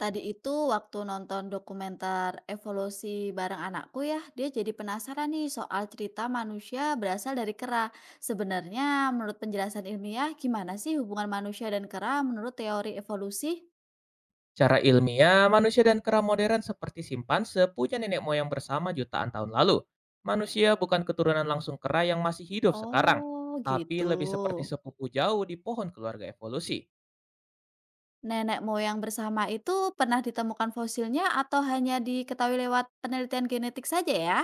Tadi itu waktu nonton dokumenter evolusi bareng anakku ya, dia jadi penasaran nih soal cerita manusia berasal dari kera. Sebenarnya menurut penjelasan ilmiah, gimana sih hubungan manusia dan kera menurut teori evolusi? Secara ilmiah, manusia dan kera modern seperti simpanse punya nenek moyang bersama jutaan tahun lalu. Manusia bukan keturunan langsung kera yang masih hidup sekarang, Oh tapi gitu. lebih seperti sepupu jauh di pohon keluarga evolusi. Nenek moyang bersama itu pernah ditemukan fosilnya atau hanya diketahui lewat penelitian genetik saja ya?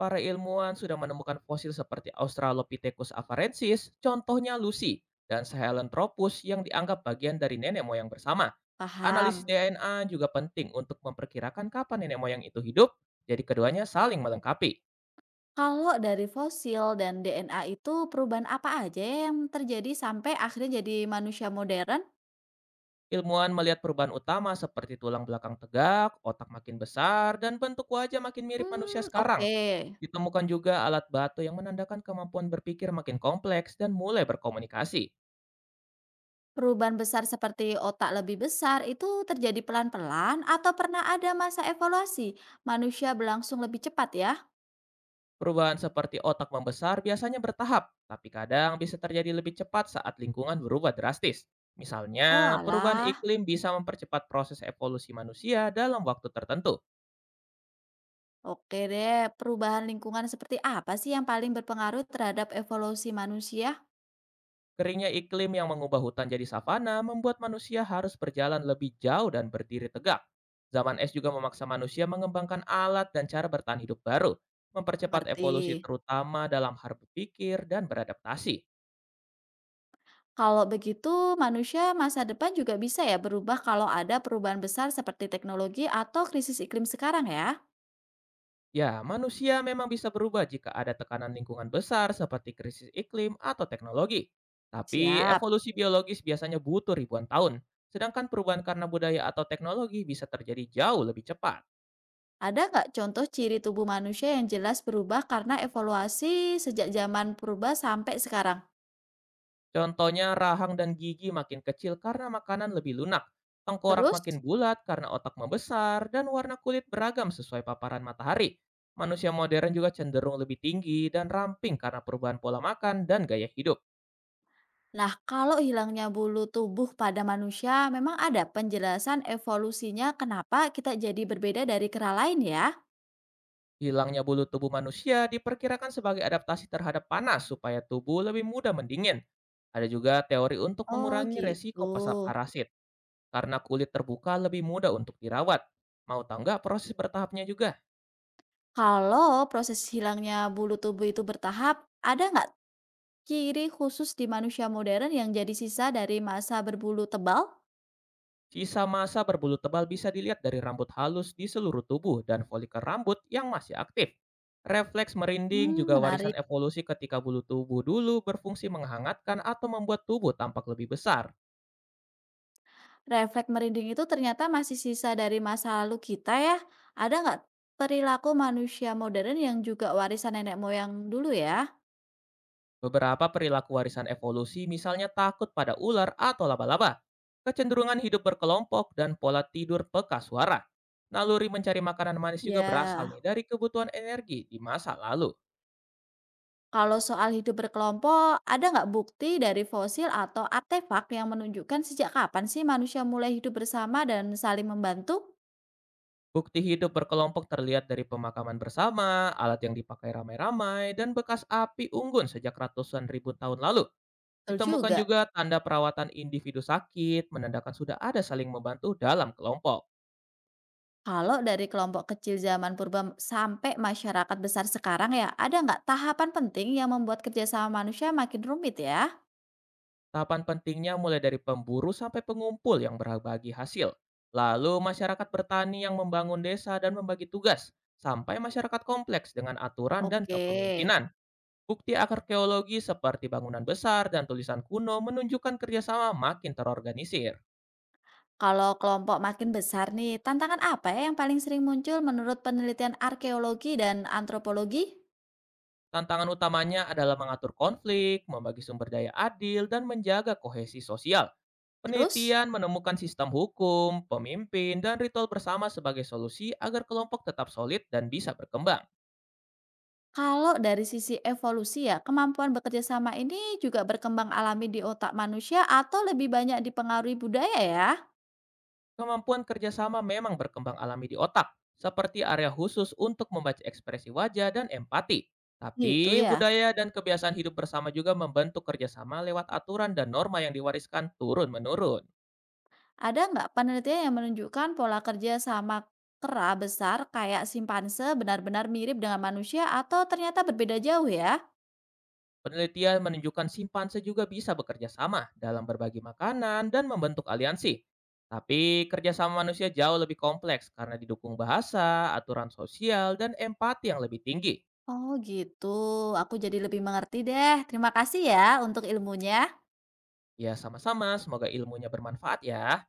Para ilmuwan sudah menemukan fosil seperti Australopithecus afarensis, contohnya Lucy, dan Sahelanthropus yang dianggap bagian dari nenek moyang bersama. Paham. Analisis DNA juga penting untuk memperkirakan kapan nenek moyang itu hidup, jadi keduanya saling melengkapi. Kalau dari fosil dan DNA itu perubahan apa aja ya yang terjadi sampai akhirnya jadi manusia modern? Ilmuwan melihat perubahan utama seperti tulang belakang tegak, otak makin besar, dan bentuk wajah makin mirip manusia Hmm, sekarang. oke. Ditemukan juga alat batu yang menandakan kemampuan berpikir makin kompleks dan mulai berkomunikasi. Perubahan besar seperti otak lebih besar itu terjadi pelan-pelan atau pernah ada masa evaluasi? Manusia berlangsung lebih cepat ya? Perubahan seperti otak membesar biasanya bertahap, tapi kadang bisa terjadi lebih cepat saat lingkungan berubah drastis. Oh Misalnya, perubahan alah, iklim bisa mempercepat proses evolusi manusia dalam waktu tertentu. oke deh. Perubahan lingkungan seperti apa sih yang paling berpengaruh terhadap evolusi manusia? Keringnya iklim yang mengubah hutan jadi savana membuat manusia harus berjalan lebih jauh dan berdiri tegak. Zaman es juga memaksa manusia mengembangkan alat dan cara bertahan hidup baru, mempercepat Ngerti. evolusi terutama dalam hal berpikir dan beradaptasi. Kalau begitu, manusia masa depan juga bisa ya berubah kalau ada perubahan besar seperti teknologi atau krisis iklim sekarang ya? Ya, manusia memang bisa berubah jika ada tekanan lingkungan besar seperti krisis iklim atau teknologi. Tapi Siap. evolusi biologis biasanya butuh ribuan tahun, sedangkan perubahan karena budaya atau teknologi bisa terjadi jauh lebih cepat. Ada nggak contoh ciri tubuh manusia yang jelas berubah karena evaluasi sejak zaman purba sampai sekarang? Contohnya rahang dan gigi makin kecil karena makanan lebih lunak, tengkorak Terus, makin bulat karena otak membesar, dan warna kulit beragam sesuai paparan matahari. Manusia modern juga cenderung lebih tinggi dan ramping karena perubahan pola makan dan gaya hidup. nah kalau hilangnya bulu tubuh pada manusia, memang ada penjelasan evolusinya kenapa kita jadi berbeda dari kera lain ya? Hilangnya bulu tubuh manusia diperkirakan sebagai adaptasi terhadap panas supaya tubuh lebih mudah mendingin. Ada juga teori untuk Oh mengurangi gitu. resiko pasar parasit karena kulit terbuka lebih mudah untuk dirawat. Mau tahu nggak proses bertahapnya juga? Kalau proses hilangnya bulu tubuh itu bertahap, ada nggak ciri khusus di manusia modern yang jadi sisa dari masa berbulu tebal? Sisa massa berbulu tebal bisa dilihat dari rambut halus di seluruh tubuh dan folikel rambut yang masih aktif. Refleks merinding Hmm, juga menarik. warisan evolusi ketika bulu tubuh dulu berfungsi menghangatkan atau membuat tubuh tampak lebih besar. Refleks merinding itu ternyata masih sisa dari masa lalu kita ya. Ada nggak perilaku manusia modern yang juga warisan nenek moyang dulu ya? Beberapa perilaku warisan evolusi misalnya takut pada ular atau laba-laba, kecenderungan hidup berkelompok, dan pola tidur peka suara. Naluri mencari makanan manis juga berasal Ya, nih dari kebutuhan energi di masa lalu. kalau soal hidup berkelompok, ada nggak bukti dari fosil atau artefak yang menunjukkan sejak kapan sih manusia mulai hidup bersama dan saling membantu? Bukti hidup berkelompok terlihat dari pemakaman bersama, alat yang dipakai ramai-ramai, dan bekas api unggun sejak ratusan ribu tahun lalu. Betul Ditemukan juga. juga tanda perawatan individu sakit, menandakan sudah ada saling membantu dalam kelompok. Kalau dari kelompok kecil zaman purba sampai masyarakat besar sekarang ya, ada nggak tahapan penting yang membuat kerjasama manusia makin rumit ya? Tahapan pentingnya mulai dari pemburu sampai pengumpul yang berbagi hasil. Lalu masyarakat bertani yang membangun desa dan membagi tugas, sampai masyarakat kompleks dengan aturan dan Oke, kepemimpinan. Bukti arkeologi seperti bangunan besar dan tulisan kuno menunjukkan kerjasama makin terorganisir. kalau kelompok makin besar nih, tantangan apa ya yang paling sering muncul menurut penelitian arkeologi dan antropologi? Tantangan utamanya adalah mengatur konflik, membagi sumber daya adil, dan menjaga kohesi sosial. Terus, Penelitian menemukan sistem hukum, pemimpin, dan ritual bersama sebagai solusi agar kelompok tetap solid dan bisa berkembang. kalau dari sisi evolusi ya, kemampuan bekerja sama ini juga berkembang alami di otak manusia atau lebih banyak dipengaruhi budaya ya? Kemampuan kerjasama memang berkembang alami di otak, seperti area khusus untuk membaca ekspresi wajah dan empati. Gitu Tapi ya. budaya dan kebiasaan hidup bersama juga membentuk kerjasama lewat aturan dan norma yang diwariskan turun-menurun. Ada nggak penelitian yang menunjukkan pola kerja sama kera besar kayak simpanse benar-benar mirip dengan manusia atau ternyata berbeda jauh ya? Penelitian menunjukkan simpanse juga bisa bekerja sama dalam berbagi makanan dan membentuk aliansi. Tapi kerjasama manusia jauh lebih kompleks karena didukung bahasa, aturan sosial, dan empati yang lebih tinggi. Oh gitu, aku jadi lebih mengerti deh. Terima kasih ya untuk ilmunya. Ya sama-sama, semoga ilmunya bermanfaat ya.